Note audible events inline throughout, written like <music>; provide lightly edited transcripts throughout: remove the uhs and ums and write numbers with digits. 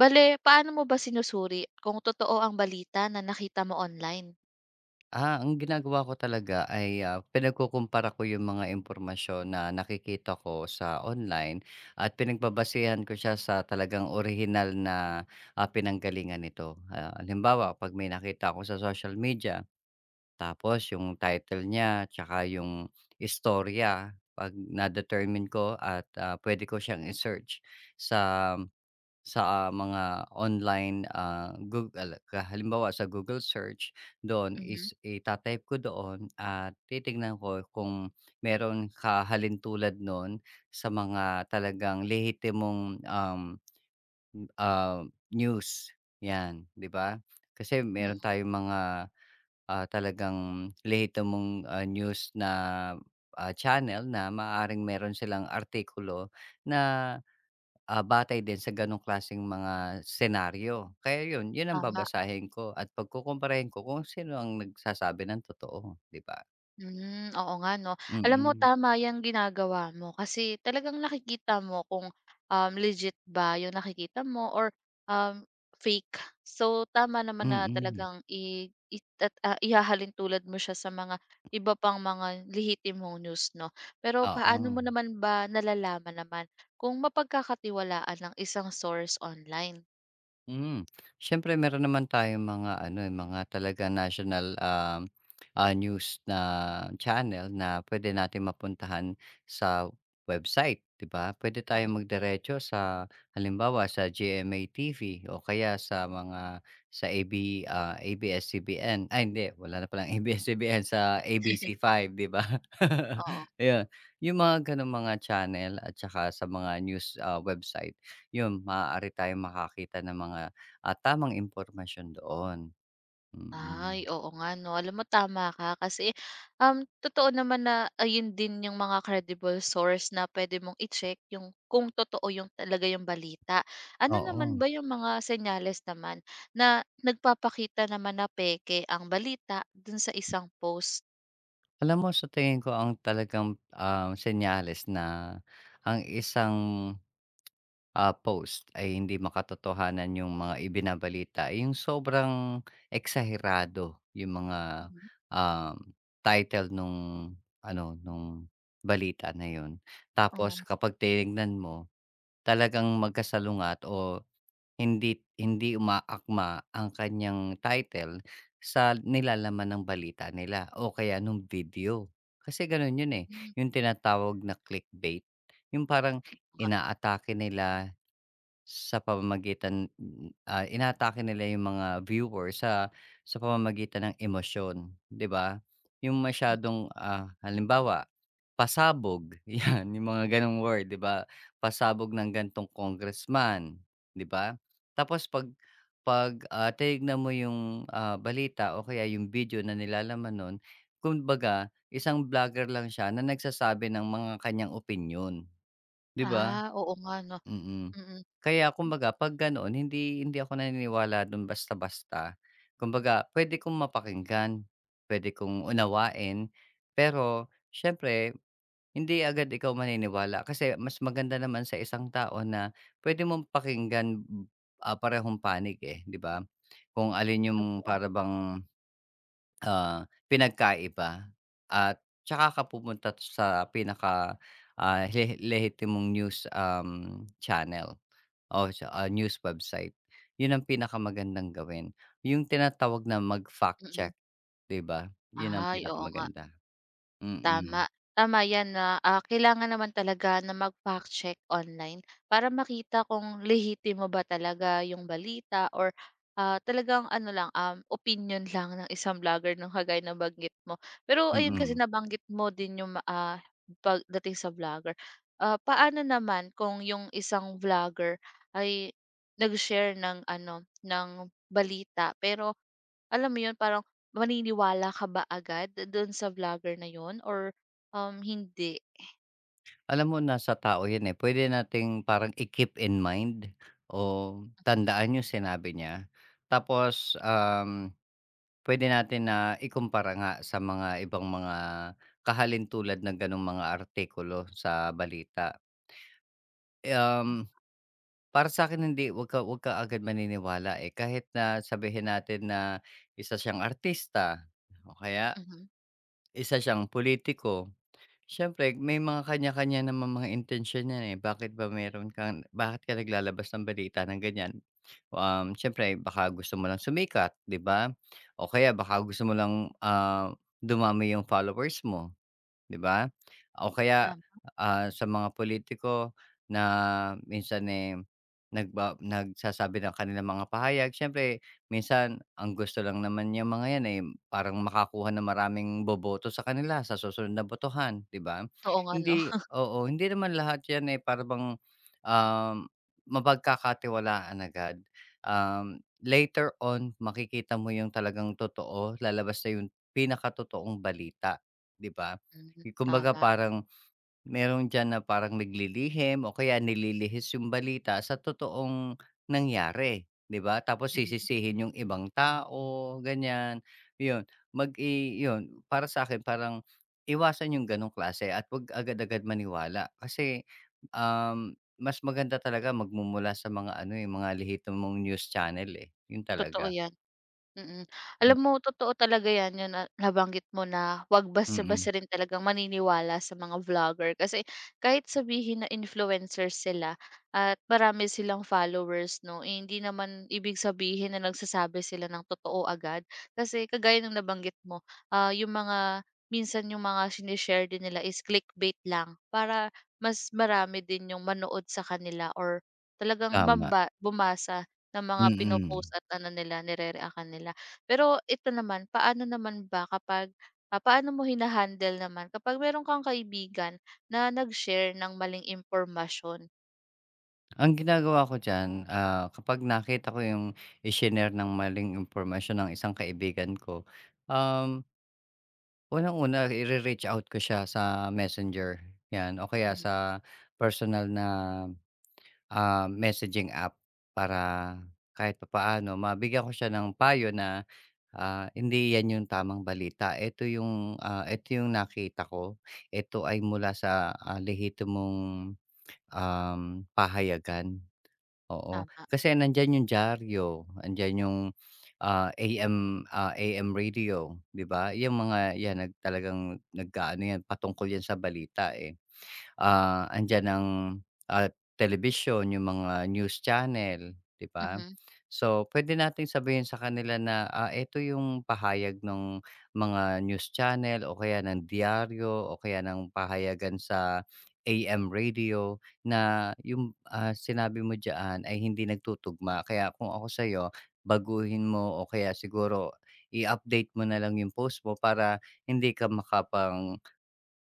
Bale, paano mo ba sinusuri kung totoo ang balita na nakita mo online? Ang ginagawa ko talaga ay, pinagkukumpara ko yung mga impormasyon na nakikita ko sa online at pinagbabasehan ko siya sa talagang orihinal na, pinanggalingan nito. Halimbawa, 'pag may nakita ako sa social media, tapos yung title niya tsaka yung istorya, 'pag na-determine ko at, puwede ko siyang i-search sa mga online, ka halimbawa sa Google search, doon Mhm. is itatype ko doon at titignan ko kung meron kahalintulad nun sa mga talagang lehitimong, ah, news, 'yan, 'di ba? Kasi Mm, meron tayong mga, talagang lehitimong, news na, channel na maaring meron silang artikulo na batay din sa gano'ng klaseng mga senaryo. Kaya 'yun, 'yun ang tama. babasahin ko at pagkukumparahin ko kung sino ang nagsasabi ng totoo, 'di ba? Hmm, oo nga 'no. Alam mo Mm, tama yung ginagawa mo kasi talagang nakikita mo kung, legit ba 'yung nakikita mo or, um, fake. So, tama naman na mm, talagang it at ihahalin tulad mo siya sa mga iba pang mga lehitimong news 'no. Pero paano oo. mo naman ba nalalaman naman kung mapagkakatiwalaan ang isang source online? Hmm, siyempre meron naman tayong mga ano, eh, mga talaga national, news na channel na pwede natin mapuntahan sa website, 'di ba? Pwede tayong Mhm. magdiretso sa halimbawa sa GMA TV o kaya sa mga sa ABS-CBN ay hindi, wala na palang <laughs> ABS-CBN, sa ABC Five, 'di ba? <laughs> Oo. Ayun, yung mga gano'ng mga channel at saka sa mga news, website. 'Yun, maaari tayong makakita ng mga, tamang impormasyon doon. Mm. Ay, oo nga 'no. Alam mo tama ka kasi, um, totoo naman na ayun din yung mga credible source na pwede mong i-check yung kung totoo yung talaga yung balita. Ano Oo, naman ba yung mga senyales naman na nagpapakita naman na peke ang balita dun sa isang post? alam mo sa tingin ko ang talagang, senyales na ang isang, post ay hindi makatotohanan yung mga ibinabalita, eh, yung sobrang eksahirado yung mga, Mhm. um, title nung ano, nung balita na 'yun. Oh, Tapos kapag tinignan mo, talagang magkasalungat o hindi hindi umaakma ang kanyang title sa nilalaman ng balita nila o kaya nung video. Kasi gano'n 'yun, eh, hmm, yung tinatawag na clickbait, yung parang nga. inaatake nila sa pamamagitan, inaatake nila yung mga viewer sa pamamagitan ng emosyon, 'di ba? Yung masyadong, halimbawa, pasabog, <laughs> 'yan, yung mga gano'ng word, 'di ba? Pasabog ng gantong congressman, 'di ba? Tapos 'pag, tinignan mo yung, balita o kaya yung video na nilalaman nun, kumbaga isang vlogger lang siya na nagsasabi ng mga kanyang opinyon, 'di ba? Ah, oo nga 'no. Mm. Mm, Kaya kumbaga 'pag ganoon hindi hindi ako naniniwala dun basta-basta. Kumbaga puwede kong mapakinggan, puwede kong unawain, pero siyempre hindi agad ikaw maniniwala kasi mas maganda naman sa isang tao na puwede mong pakinggan, parehong panig, eh, 'di ba? Kung alin yung oo, para bang pinagkaiba at tsaka ka pumunta sa pinaka, lehitimong news, channel o sa, news website. 'Yun ang pinakamagandang gawin, yung tinatawag na mag-fact check, mm. 'di ba? 'Yun ang Ay, oo nga. pinakamaganda. Mm. Tama. Tama 'yan na, kailangan naman talaga na mag-fact check online para makita kung lehitimo ba talaga yung balita or, talagang ano lang, opinion lang ng isang vlogger ng kagaya na banggit mo. Pero ayun kasi Mm. nabanggit mo din yung pagdating sa vlogger. Ah, paano naman kung yung isang vlogger ay nag-share ng ano, ng balita pero alam mo 'yun, parang maniniwala ka ba agad do'n sa vlogger na 'yun or, hindi? Alam mo nasa tao 'yun, eh, pwede nating parang i-keep in mind o Mhm, tandaan yung sinabi niya tapos, Puwede natin na ikumpara nga sa mga ibang mga kahalintulad ng gano'ng mga artikulo sa balita. Um, Para sa akin hindi, 'wag ka agad maniniwala, eh. Kahit na sabihin natin na isa siyang artista o kaya mhm, isa siyang politiko. Siyempre may mga kanya-kanya naman mga intensyon yan, eh, bakit ba meron kang bakit ka naglalabas ng balita ng ganyan? Siyempre baka gusto mo lang sumikat, 'di ba? O kaya baka gusto mo lang, dumami yung followers mo. 'Di ba? O kaya, tama. Sa mga politiko na minsan, eh, nagsasabi ng kanilang mga pahayag siyempre minsan ang gusto lang naman niyang mga 'yan, eh, parang makakuha ng maraming boboto sa kanila sa susunod na botohan, 'di ba? Oo nga 'no. Hindi oo, hindi naman lahat 'yan, eh, parang bang, um, mapagkakatiwalaan agad. Later on makikita mo yung talagang totoo, lalabas na yung pinakatotoong balita, 'di ba? <laughs> Hmm, Kumbaga tama. parang merong diyan na parang naglilihim o kaya nililihis yung balita sa totoong nangyari, 'di ba? Tapos Mhm, sisisihin yung ibang tao, ganyan. 'Yun, mag i 'yun, para sa akin parang iwasan yung gano'ng klase at 'wag agad-agad maniwala. Kasi, mas maganda talaga magmumula sa mga ano, eh, mga lehitimong news channel, eh, 'yun totoo talaga. 'yan. Mm. Mm, Alam mo totoo talaga 'yan, 'yung na nabanggit mo na 'wag mm, mm. basta-basta rin talagang maniniwala sa mga vlogger. Kasi kahit sabihin na influencers sila at marami silang followers 'no, eh, hindi naman ibig sabihin na nagsasabi sila ng totoo agad. Kasi kagaya ng nabanggit mo, 'yung mga minsan 'yung mga sinishare din nila is clickbait lang para mas marami din 'yung manood sa kanila or talagang Tama. mamba bumasa na Mm. mga pino Mm. at ano nila, nire-reactan nila. Pero ito naman, paano mo hinahandle naman kapag meron kang kaibigan na nag-share ng maling impormasyon? Ang ginagawa ko diyan, kapag nakita ko yung i-shinare ng maling impormasyon ng isang kaibigan ko, um, unang-una ire-reach out ko siya sa Messenger, 'yan o kaya Mhm, sa personal na, messaging app para kahit papaano mabigyan ko siya ng payo na, "Hindi 'yan yung tamang balita, ito yung, eto yung nakita ko, ito ay mula sa, lehitimo mong, pahayagan." Oo, tama. kasi nandiyan yung dyaryo, andiyan yung, AM, AM radio, 'di ba? Yung mga 'yan talagang nag-aano 'yan patungkol 'yan sa balita, eh, andiyan ang, ah, telebisyon, yung mga news channel, 'di ba? Mhm, So, puwede nating sabihin sa kanila na, ito yung pahayag ng mga news channel o kaya ng diaryo o kaya ng pahayagan sa AM radio na yung, sinabi mo diyaan ay hindi nagtutugma. Kaya kung ako sa'yo, baguhin mo o kaya siguro i-update mo na lang yung post mo para hindi ka makapang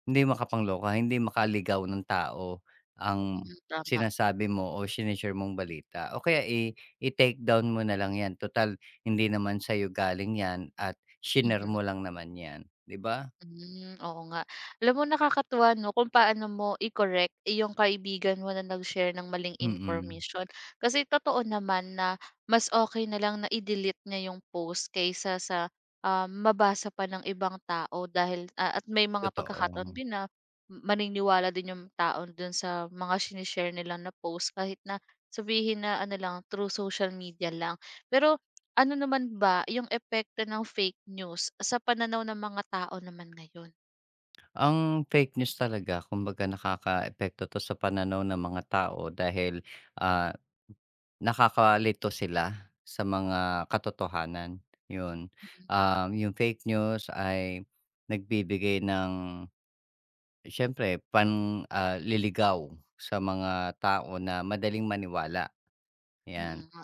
hindi makapangloka, hindi makaligaw ng tao ang mhm, tama. sinasabi mo o shine mong balita o kaya i-take down mo na lang 'yan total hindi naman sa'yo galing 'yan at shinare Mhm. mo lang naman 'yan, 'di ba? Hmm, oo nga. Alam mo nakakatuwa 'no kung paano mo i-correct yung kaibigan mo na nag-share ng maling Mm. information. Kasi totoo naman na mas okay na lang na i-delete niya yung post kaysa sa mabasa pa ng ibang tao dahil at may mga pagkakataon Totoo. din na maniniwala din yung tao dun sa mga sinishare nila na post kahit na sabihin na ano lang, through social media lang. Pero ano naman ba yung epekto ng fake news sa pananaw ng mga tao naman ngayon? Ang fake news talaga kumbaga nakakaapekto 'to sa pananaw ng mga tao dahil, ah, nakakalito sila sa mga katotohanan, 'yun. Yung fake news ay nagbibigay ng. Siyempre, liligaw sa mga tao na madaling maniwala, 'yan. Mm nga,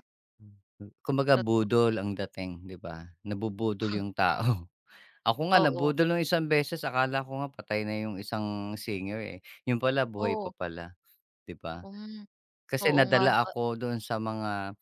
Hmm. Kumbaga totoo. budol ang dating, 'di ba? Nabubudol yung tao. <laughs> Ako nga Oo, nabudol nung isang beses, akala ko nga patay na yung isang singer, eh, yun pala buhay oo, pa pala, 'di ba? hmm, Kasi oo nga nadala 'no, ako doon sa mga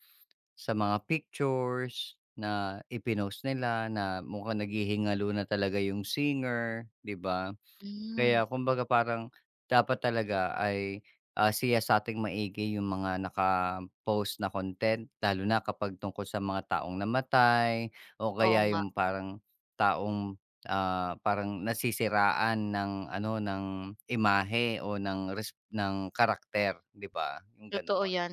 pictures na ipinost nila na mukhang naghihingalo na talaga yung singer, 'di ba? hmm, Kaya kumbaga parang dapat talaga ay, siyasating maigi yung mga naka-post na content lalo na kapag tungkol sa mga taong namatay o oo kaya nga. yung parang taong, parang nasisiraan ng ano, ng imahe o ng karakter, 'di ba? Yung Totoo ganoon. 'yan.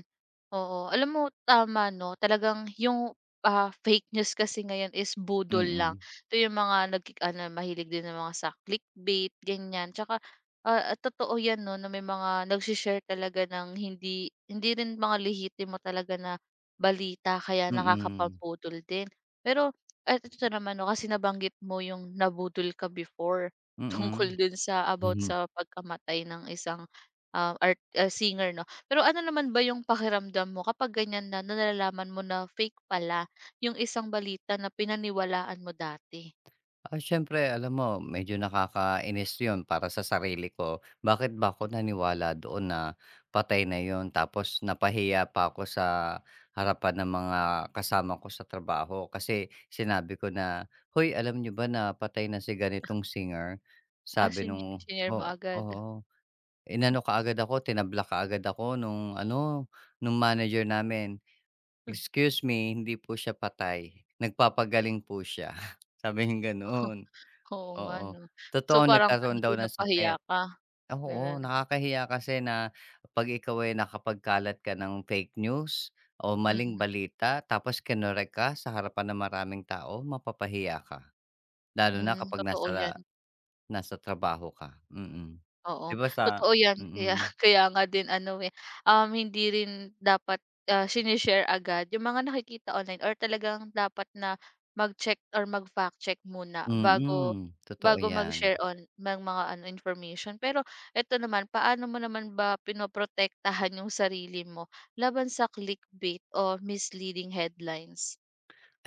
Oo, alam mo tama 'no, talagang yung fake news kasi ngayon is budol lang. Mm, Ito yung mga nagki ano, mahilig din ng mga sa clickbait, ganyan. Tsaka, totoo 'yan 'no, na may mga nagse talaga ng hindi hindi rin mga lehitimo talaga na balita kaya mm, nakakapambudol din. Pero at ito naman 'no, kasi nabanggit mo yung nabudol ka before <laughs> tungkol mm. dun sa about Mhm. sa pagkamatay ng isang singer 'no? Pero ano naman ba yung pakiramdam mo kapag ganyan na, nalalaman mo na fake pala yung isang balita na pinaniwalaan mo dati? Siyempre alam mo medyo nakakainis 'yun para sa sarili ko. Bakit ba ako naniwala doon na patay na 'yun tapos napahiya pa ako sa harapan ng mga kasama ko sa trabaho kasi sinabi ko na, "Hoy, alam nyo ba na patay na si ganitong singer?" Ah, Sabi shin nung shinare mo o agad. oo, inano ka agad ako, tinabla ka agad ako nung ano, nung manager namin. <laughs> "Excuse me, hindi po siya patay, nagpapagaling po siya." <laughs> Sabing gano'n. Oo nga Oo, 'no. So, totoo parang ano nagkaroon daw din ng napahiya sakit. ka, Oo, gano'n. nakakahiya kasi na 'pag ikaw ay nakapagkalat ka ng fake news o maling Mm, balita tapos kinorek ka sa harapan ng maraming tao, mapapahiya ka. Lalo na hmm, kapag totoo yan. nasa nasa trabaho ka. Mm. Oo, 'Di ba sa totoo 'yan. Kaya mm, <laughs> kaya nga din ano, eh, hindi rin dapat, shine agad yung mga nakikita online or talagang dapat na mag-check or mag-fact check muna bago totoo bago 'yan. mag-share on ng mga ano, information. Pero eto naman, paano mo naman ba pinoprotektahan yung sarili mo laban sa clickbait o misleading headlines?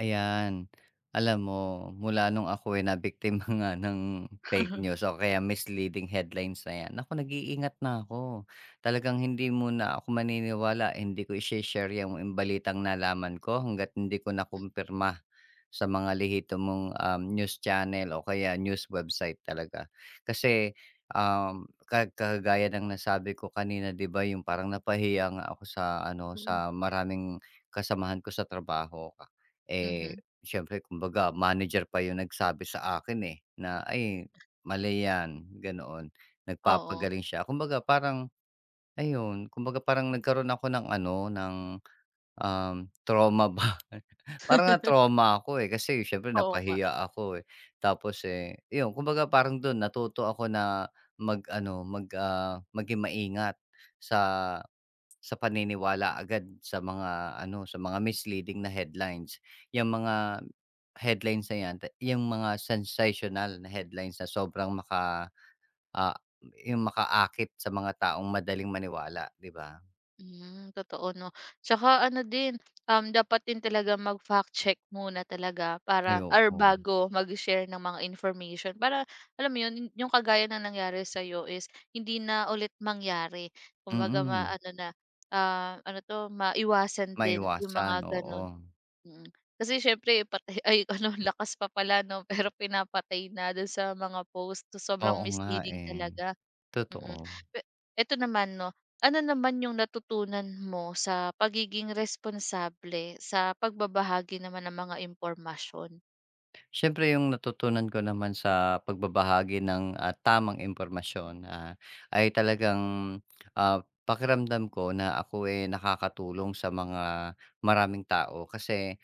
Ayan. Alam mo, mula nung ako, ay nabiktima <laughs> nga ng fake <laughs> news o kaya misleading headlines na 'yan, naku nag-iingat na ako. Talagang hindi muna ako maniniwala, hindi ko i-she-share yang balitang nalaman ko hangga't hindi ko nakumpirma. Sa mga lihito mong, news channel o kaya news website talaga. Kasi, kagaya ng nasabi ko kanina 'di ba, yung parang napahiya nga ako sa ano, Mm, sa maraming kasamahan ko sa trabaho ka eh, mhm. siyempre kumbaga manager pa yung nagsabi sa akin, eh, na, "Ay, mali 'yan," ganoon. Oo. Nagpapagaling siya. Kumbaga parang ayun, kumbaga parang nagkaroon ako ng ano, ng trauma ba? <laughs> Parang <laughs> na-trauma ako, eh, kasi siyempre Oo nga. napahiya ako, eh. Tapos, eh, iyon kumbaga parang dun natuto ako na mag-ano, maging maingat sa sa paniniwala agad sa mga ano, sa mga misleading na headlines. Yung mga headlines na yan, yang mga sensational na headlines na sobrang ah, yung makaakit sa mga taong madaling maniwala, 'di ba? Hmm, totoo 'no. Tsaka ano din, dapat din talaga mag-fact check muna talaga para or Ayoko. bago mag-share ng mga information para alam mo 'yun, yung kagaya na nangyari sa'yo is hindi na ulit mangyari. Kumbaga Mm. ano na, ano 'to, maiwasan din yung mga Maiwasan, oo. gano'n, mm. Kasi siyempre patay <laughs> ay ano, lakas pa pala 'no, <laughs> pero pinapatay na do'n sa mga post. So, sobrang Oo nga, misleading eh, talaga. totoo. Mm. Pe eto naman 'no, ano naman yung natutunan mo sa pagiging responsable sa pagbabahagi naman ng mga impormasyon? Siyempre yung natutunan ko naman sa pagbabahagi ng, tamang impormasyon, ay talagang, pakiramdam ko na ako, eh, nakakatulong sa mga maraming tao. Kasi,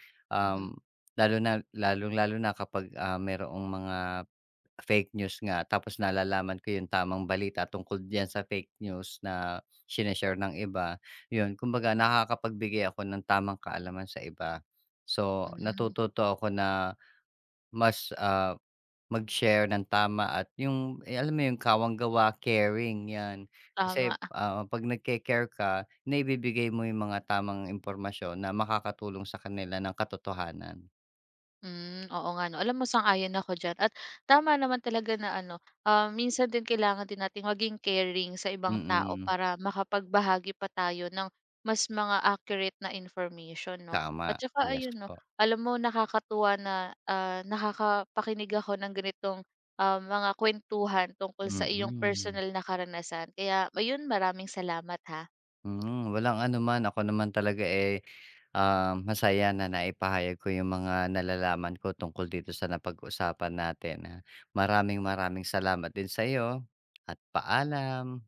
Mhm. um, lalo na lalong-lalo na kapag, mayroong mga fake news nga tapos nalalaman ko yung tamang balita tungkol diyan sa fake news na shine-share ng iba, yun. Kumbaga nakakapagbigay ako ng tamang kaalaman sa iba. So, Hmm, natututo ako na mas, mag-share ng tama at yung, eh, alam mo yung kawang-gawa, caring, 'yan. Kasi, tama. 'Pag nagke-care ka, naibibigay mo yung mga tamang impormasyon na makakatulong sa kanila ng katotohanan. Hmm, oo nga 'no. Alam mo sang-ayon ako diyan at tama naman talaga na ano, minsan din kailangan din nating maging caring sa ibang tao Mm, para makapagbahagi pa tayo ng mas mga accurate na information 'no. tama. At saka Yes ayun 'no, po. alam mo nakakatuwa na, nakakapakinig ako ng ganitong mga kwentuhan tungkol sa Mm-hmm. iyong Mm. personal na karanasan. Kaya ayun, maraming salamat ha. Hmm, walang anuman. Ako naman talaga, eh, masaya na naipahayag ko yung mga nalalaman ko tungkol dito sa napag-usapan natin, ha. Maraming maraming salamat din sa'yo at paalam.